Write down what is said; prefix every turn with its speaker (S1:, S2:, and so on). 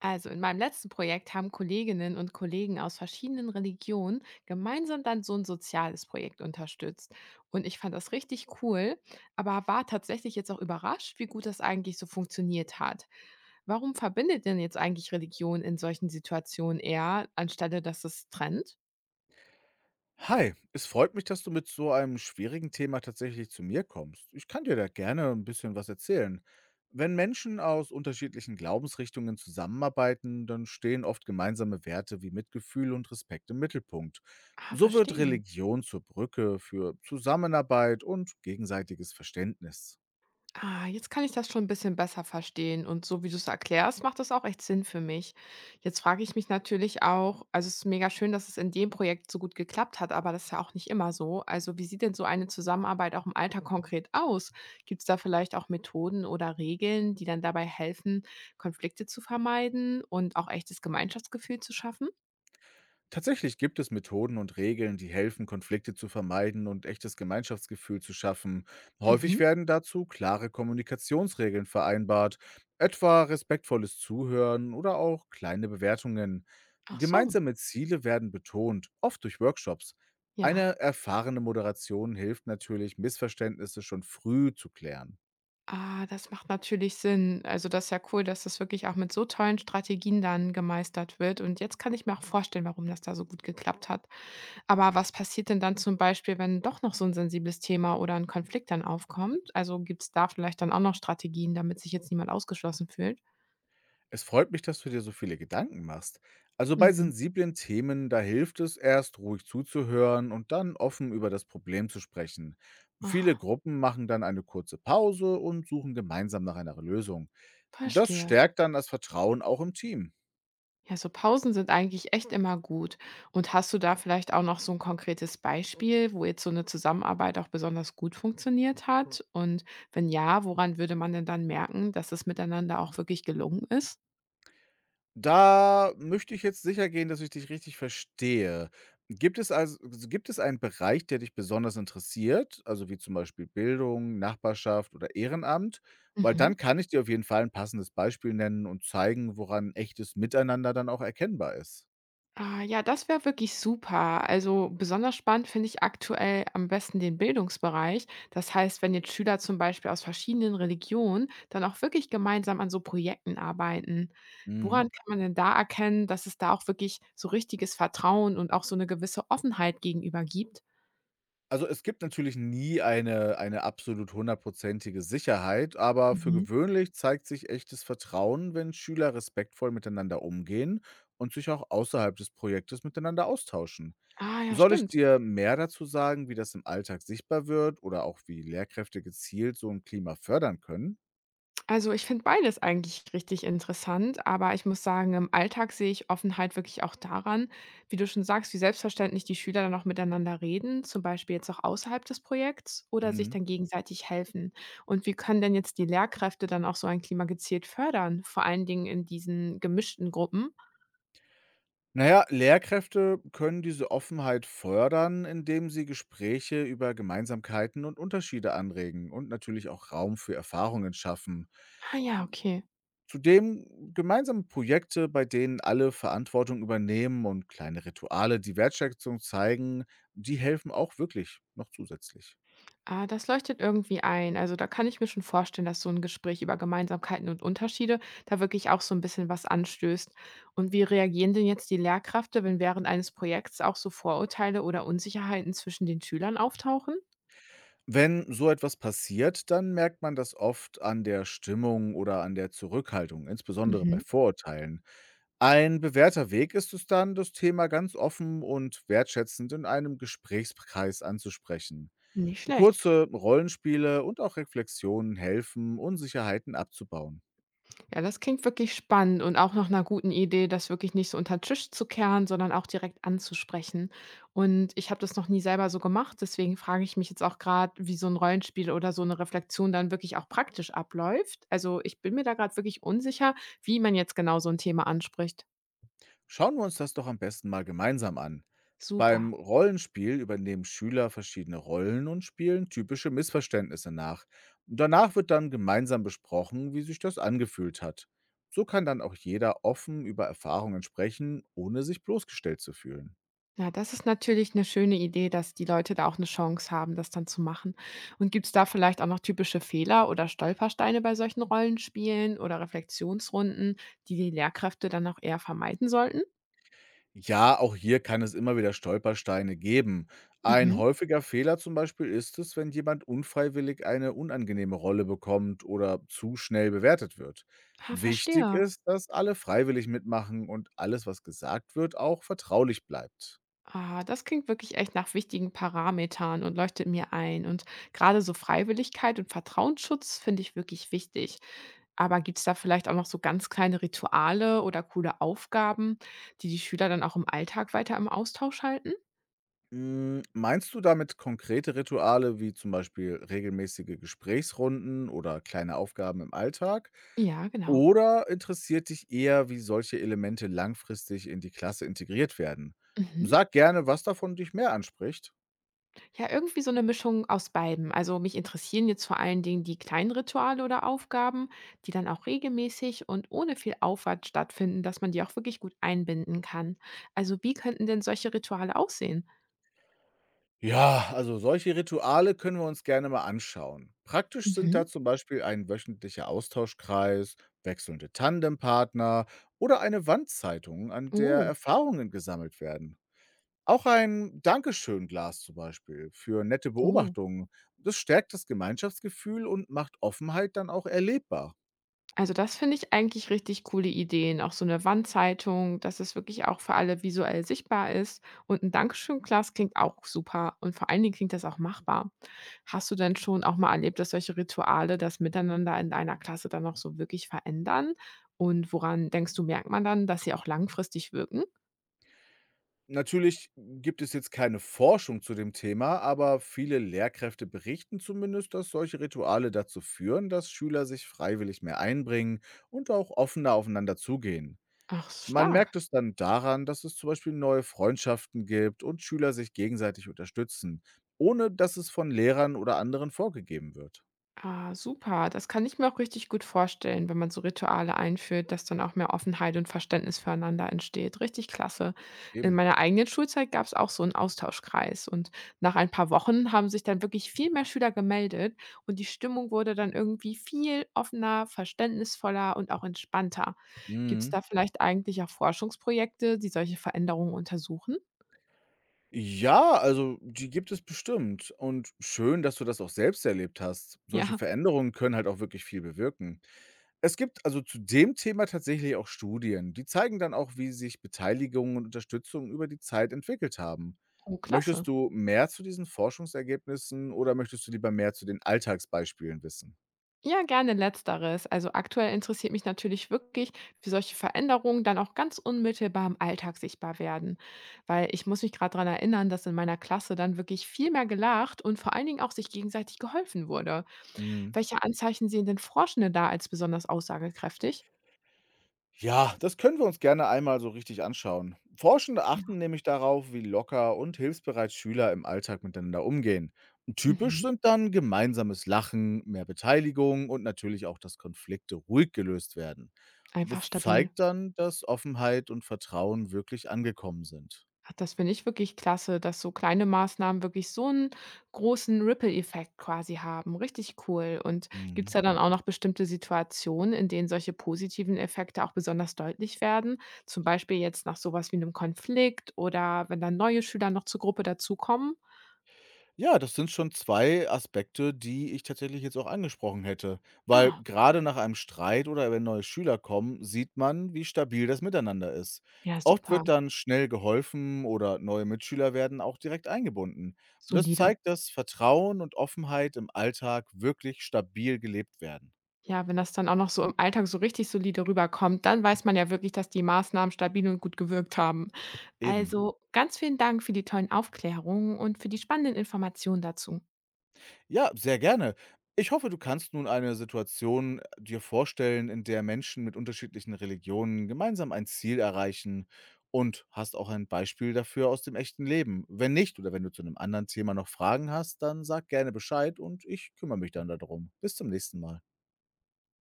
S1: Also in meinem letzten Projekt haben Kolleginnen und Kollegen aus verschiedenen Religionen gemeinsam dann so ein soziales Projekt unterstützt. Und ich fand das richtig cool, aber war tatsächlich jetzt auch überrascht, wie gut das eigentlich so funktioniert hat. Warum verbindet denn jetzt eigentlich Religion in solchen Situationen eher, anstelle dass es trennt?
S2: Hi, es freut mich, dass du mit so einem schwierigen Thema tatsächlich zu mir kommst. Ich kann dir da gerne ein bisschen was erzählen. Wenn Menschen aus unterschiedlichen Glaubensrichtungen zusammenarbeiten, dann stehen oft gemeinsame Werte wie Mitgefühl und Respekt im Mittelpunkt.
S1: Ah,
S2: So wird
S1: verstehe.
S2: Religion zur Brücke für Zusammenarbeit und gegenseitiges Verständnis.
S1: Ah, jetzt kann ich das schon ein bisschen besser verstehen, und so wie du es erklärst, macht das auch echt Sinn für mich. Jetzt frage ich mich natürlich auch, also, es ist mega schön, dass es in dem Projekt so gut geklappt hat, aber das ist ja auch nicht immer so. Also, wie sieht denn so eine Zusammenarbeit auch im Alltag konkret aus? Gibt es da vielleicht auch Methoden oder Regeln, die dann dabei helfen, Konflikte zu vermeiden und auch echtes Gemeinschaftsgefühl zu schaffen?
S2: Tatsächlich gibt es Methoden und Regeln, die helfen, Konflikte zu vermeiden und echtes Gemeinschaftsgefühl zu schaffen. Häufig
S1: Mhm.
S2: werden dazu klare Kommunikationsregeln vereinbart, etwa respektvolles Zuhören oder auch kleine Bewertungen.
S1: Ach so,
S2: Gemeinsame Ziele werden betont, oft durch Workshops.
S1: ja.
S2: Eine erfahrene Moderation hilft natürlich, Missverständnisse schon früh zu klären.
S1: Ah, das macht natürlich Sinn. Also das ist ja cool, dass das wirklich auch mit so tollen Strategien dann gemeistert wird. Und jetzt kann ich mir auch vorstellen, warum das da so gut geklappt hat. Aber was passiert denn dann zum Beispiel, wenn doch noch so ein sensibles Thema oder ein Konflikt dann aufkommt? Also gibt es da vielleicht dann auch noch Strategien, damit sich jetzt niemand ausgeschlossen fühlt?
S2: Es freut mich, dass du dir so viele Gedanken machst. Also bei
S1: Mhm.
S2: sensiblen Themen, da hilft es erst ruhig zuzuhören und dann offen über das Problem zu sprechen. Viele
S1: Ah,
S2: Gruppen machen dann eine kurze Pause und suchen gemeinsam nach einer Lösung. Das
S1: verstehe.
S2: stärkt dann das Vertrauen auch im Team.
S1: Ja, so Pausen sind eigentlich echt immer gut. Und hast du da vielleicht auch noch so ein konkretes Beispiel, wo jetzt so eine Zusammenarbeit auch besonders gut funktioniert hat? Und wenn ja, woran würde man denn dann merken, dass es miteinander auch wirklich gelungen ist?
S2: Da möchte ich jetzt sicher gehen, dass ich dich richtig verstehe. Gibt es also gibt es einen Bereich, der dich besonders interessiert, also wie zum Beispiel Bildung, Nachbarschaft oder Ehrenamt? Weil
S1: Mhm.
S2: dann kann ich dir auf jeden Fall ein passendes Beispiel nennen und zeigen, woran echtes Miteinander dann auch erkennbar ist.
S1: Ah, ja, das wäre wirklich super. Also besonders spannend finde ich aktuell am besten den Bildungsbereich. Das heißt, wenn jetzt Schüler zum Beispiel aus verschiedenen Religionen dann auch wirklich gemeinsam an so Projekten arbeiten.
S2: Mhm.
S1: Woran kann man denn da erkennen, dass es da auch wirklich so richtiges Vertrauen und auch so eine gewisse Offenheit gegenüber gibt?
S2: Also, es gibt natürlich nie eine absolut hundertprozentige Sicherheit, aber für
S1: Mhm.
S2: gewöhnlich zeigt sich echtes Vertrauen, wenn Schüler respektvoll miteinander umgehen und sich auch außerhalb des Projektes miteinander austauschen.
S1: Ah ja,
S2: Soll ich
S1: stimmt.
S2: dir mehr dazu sagen, wie das im Alltag sichtbar wird oder auch wie Lehrkräfte gezielt so ein Klima fördern können?
S1: Also, ich finde beides eigentlich richtig interessant, aber ich muss sagen, im Alltag sehe ich Offenheit wirklich auch daran, wie du schon sagst, wie selbstverständlich die Schüler dann auch miteinander reden, zum Beispiel jetzt auch außerhalb des Projekts oder sich
S2: Mhm.
S1: dann gegenseitig helfen. Und wie können denn jetzt die Lehrkräfte dann auch so ein Klima gezielt fördern, vor allen Dingen in diesen gemischten Gruppen?
S2: Na ja, Lehrkräfte können diese Offenheit fördern, indem sie Gespräche über Gemeinsamkeiten und Unterschiede anregen und natürlich auch Raum für Erfahrungen schaffen.
S1: Ah ja, okay.
S2: Zudem gemeinsame Projekte, bei denen alle Verantwortung übernehmen und kleine Rituale, die Wertschätzung zeigen, die helfen auch wirklich noch zusätzlich.
S1: Ah, das leuchtet irgendwie ein. Also da kann ich mir schon vorstellen, dass so ein Gespräch über Gemeinsamkeiten und Unterschiede da wirklich auch so ein bisschen was anstößt. Und wie reagieren denn jetzt die Lehrkräfte, wenn während eines Projekts auch so Vorurteile oder Unsicherheiten zwischen den Schülern auftauchen?
S2: Wenn so etwas passiert, dann merkt man das oft an der Stimmung oder an der Zurückhaltung, insbesondere bei
S1: Mhm.
S2: Vorurteilen. Ein bewährter Weg ist es dann, das Thema ganz offen und wertschätzend in einem Gesprächskreis anzusprechen.
S1: Nicht schlecht.
S2: Kurze Rollenspiele und auch Reflexionen helfen, Unsicherheiten abzubauen.
S1: Ja, das klingt wirklich spannend und auch nach einer guten Idee, das wirklich nicht so unter den Tisch zu kehren, sondern auch direkt anzusprechen. Und ich habe das noch nie selber so gemacht, deswegen frage ich mich jetzt auch gerade, wie so ein Rollenspiel oder so eine Reflexion dann wirklich auch praktisch abläuft. Also, ich bin mir da gerade wirklich unsicher, wie man jetzt genau so ein Thema anspricht.
S2: Schauen wir uns das doch am besten mal gemeinsam an.
S1: Super.
S2: Beim Rollenspiel übernehmen Schüler verschiedene Rollen und spielen typische Missverständnisse nach. Danach wird dann gemeinsam besprochen, wie sich das angefühlt hat. So kann dann auch jeder offen über Erfahrungen sprechen, ohne sich bloßgestellt zu fühlen.
S1: Ja, das ist natürlich eine schöne Idee, dass die Leute da auch eine Chance haben, das dann zu machen. Und gibt es da vielleicht auch noch typische Fehler oder Stolpersteine bei solchen Rollenspielen oder Reflexionsrunden, die die Lehrkräfte dann auch eher vermeiden sollten?
S2: Ja, auch hier kann es immer wieder Stolpersteine geben. Ein
S1: Mhm.
S2: häufiger Fehler zum Beispiel ist es, wenn jemand unfreiwillig eine unangenehme Rolle bekommt oder zu schnell bewertet wird.
S1: Ah,
S2: Wichtig
S1: verstehe.
S2: ist, dass alle freiwillig mitmachen und alles, was gesagt wird, auch vertraulich bleibt.
S1: Ah, das klingt wirklich echt nach wichtigen Parametern und leuchtet mir ein. Und gerade so Freiwilligkeit und Vertrauensschutz finde ich wirklich wichtig. Aber gibt es da vielleicht auch noch so ganz kleine Rituale oder coole Aufgaben, die die Schüler dann auch im Alltag weiter im Austausch halten?
S2: Hm, meinst du damit konkrete Rituale wie zum Beispiel regelmäßige Gesprächsrunden oder kleine Aufgaben im Alltag?
S1: Ja, genau.
S2: Oder interessiert dich eher, wie solche Elemente langfristig in die Klasse integriert werden?
S1: Mhm.
S2: Sag gerne, was davon dich mehr anspricht.
S1: Ja, irgendwie so eine Mischung aus beidem. Also, mich interessieren jetzt vor allen Dingen die kleinen Rituale oder Aufgaben, die dann auch regelmäßig und ohne viel Aufwand stattfinden, dass man die auch wirklich gut einbinden kann. Also, wie könnten denn solche Rituale aussehen?
S2: Ja, also solche Rituale können wir uns gerne mal anschauen. Praktisch sind
S1: Mhm.
S2: da zum Beispiel ein wöchentlicher Austauschkreis, wechselnde Tandempartner oder eine Wandzeitung, an der
S1: Oh,
S2: Erfahrungen gesammelt werden. Auch ein Dankeschönglas zum Beispiel für nette
S1: oh.
S2: Beobachtungen. Das stärkt das Gemeinschaftsgefühl und macht Offenheit dann auch erlebbar.
S1: Also, das finde ich eigentlich richtig coole Ideen. Auch so eine Wandzeitung, dass es wirklich auch für alle visuell sichtbar ist, und ein Dankeschön-Glas klingt auch super, und vor allen Dingen klingt das auch machbar. Hast du denn schon auch mal erlebt, dass solche Rituale das Miteinander in deiner Klasse dann noch so wirklich verändern? Und woran denkst du, merkt man dann, dass sie auch langfristig wirken?
S2: Natürlich gibt es jetzt keine Forschung zu dem Thema, aber viele Lehrkräfte berichten zumindest, dass solche Rituale dazu führen, dass Schüler sich freiwillig mehr einbringen und auch offener aufeinander zugehen.
S1: Ach,
S2: Man
S1: stark.
S2: merkt es dann daran, dass es zum Beispiel neue Freundschaften gibt und Schüler sich gegenseitig unterstützen, ohne dass es von Lehrern oder anderen vorgegeben wird.
S1: Ah, super. Das kann ich mir auch richtig gut vorstellen, wenn man so Rituale einführt, dass dann auch mehr Offenheit und Verständnis füreinander entsteht. Richtig klasse. In
S2: Eben.
S1: meiner eigenen Schulzeit gab es auch so einen Austauschkreis, und nach ein paar Wochen haben sich dann wirklich viel mehr Schüler gemeldet, und die Stimmung wurde dann irgendwie viel offener, verständnisvoller und auch entspannter. Gibt es
S2: Mhm.
S1: da vielleicht eigentlich auch Forschungsprojekte, die solche Veränderungen untersuchen?
S2: Ja, also die gibt es bestimmt. Und schön, dass du das auch selbst erlebt hast. Solche
S1: Ja,
S2: Veränderungen können halt auch wirklich viel bewirken. Es gibt also zu dem Thema tatsächlich auch Studien, die zeigen dann auch, wie sich Beteiligung und Unterstützung über die Zeit entwickelt haben.
S1: oh, klasse.
S2: Möchtest du mehr zu diesen Forschungsergebnissen oder möchtest du lieber mehr zu den Alltagsbeispielen wissen?
S1: Ja, gerne Letzteres. Also aktuell interessiert mich natürlich wirklich, wie solche Veränderungen dann auch ganz unmittelbar im Alltag sichtbar werden. Weil ich muss mich gerade daran erinnern, dass in meiner Klasse dann wirklich viel mehr gelacht und vor allen Dingen auch sich gegenseitig geholfen wurde.
S2: Mhm.
S1: Welche Anzeichen sehen denn Forschende da als besonders aussagekräftig?
S2: Ja, das können wir uns gerne einmal so richtig anschauen. Forschende
S1: Super.
S2: achten nämlich darauf, wie locker und hilfsbereit Schüler im Alltag miteinander umgehen. Typisch
S1: Mhm.
S2: sind dann gemeinsames Lachen, mehr Beteiligung und natürlich auch, dass Konflikte ruhig gelöst werden. Das
S1: Einfach stabil.
S2: zeigt dann, dass Offenheit und Vertrauen wirklich angekommen sind.
S1: Ach, das finde ich wirklich klasse, dass so kleine Maßnahmen wirklich so einen großen Ripple-Effekt quasi haben. Richtig cool. Und gibt's
S2: Mhm.
S1: da dann auch noch bestimmte Situationen, in denen solche positiven Effekte auch besonders deutlich werden? Zum Beispiel jetzt nach sowas wie einem Konflikt oder wenn dann neue Schüler noch zur Gruppe dazukommen?
S2: Ja, das sind schon 2 Aspekte, die ich tatsächlich jetzt auch angesprochen hätte, weil
S1: Ah,
S2: gerade nach einem Streit oder wenn neue Schüler kommen, sieht man, wie stabil das Miteinander ist.
S1: ja,
S2: Oft
S1: super,
S2: wird dann schnell geholfen oder neue Mitschüler werden auch direkt eingebunden. Und das
S1: solide.
S2: zeigt, dass Vertrauen und Offenheit im Alltag wirklich stabil gelebt werden.
S1: Ja, wenn das dann auch noch so im Alltag so richtig solide rüberkommt, dann weiß man ja wirklich, dass die Maßnahmen stabil und gut gewirkt haben.
S2: Eben.
S1: Also ganz vielen Dank für die tollen Aufklärungen und für die spannenden Informationen dazu.
S2: Ja, sehr gerne. Ich hoffe, du kannst nun eine Situation dir vorstellen, in der Menschen mit unterschiedlichen Religionen gemeinsam ein Ziel erreichen und hast auch ein Beispiel dafür aus dem echten Leben. Wenn nicht oder wenn du zu einem anderen Thema noch Fragen hast, dann sag gerne Bescheid und ich kümmere mich dann darum. Bis zum nächsten Mal.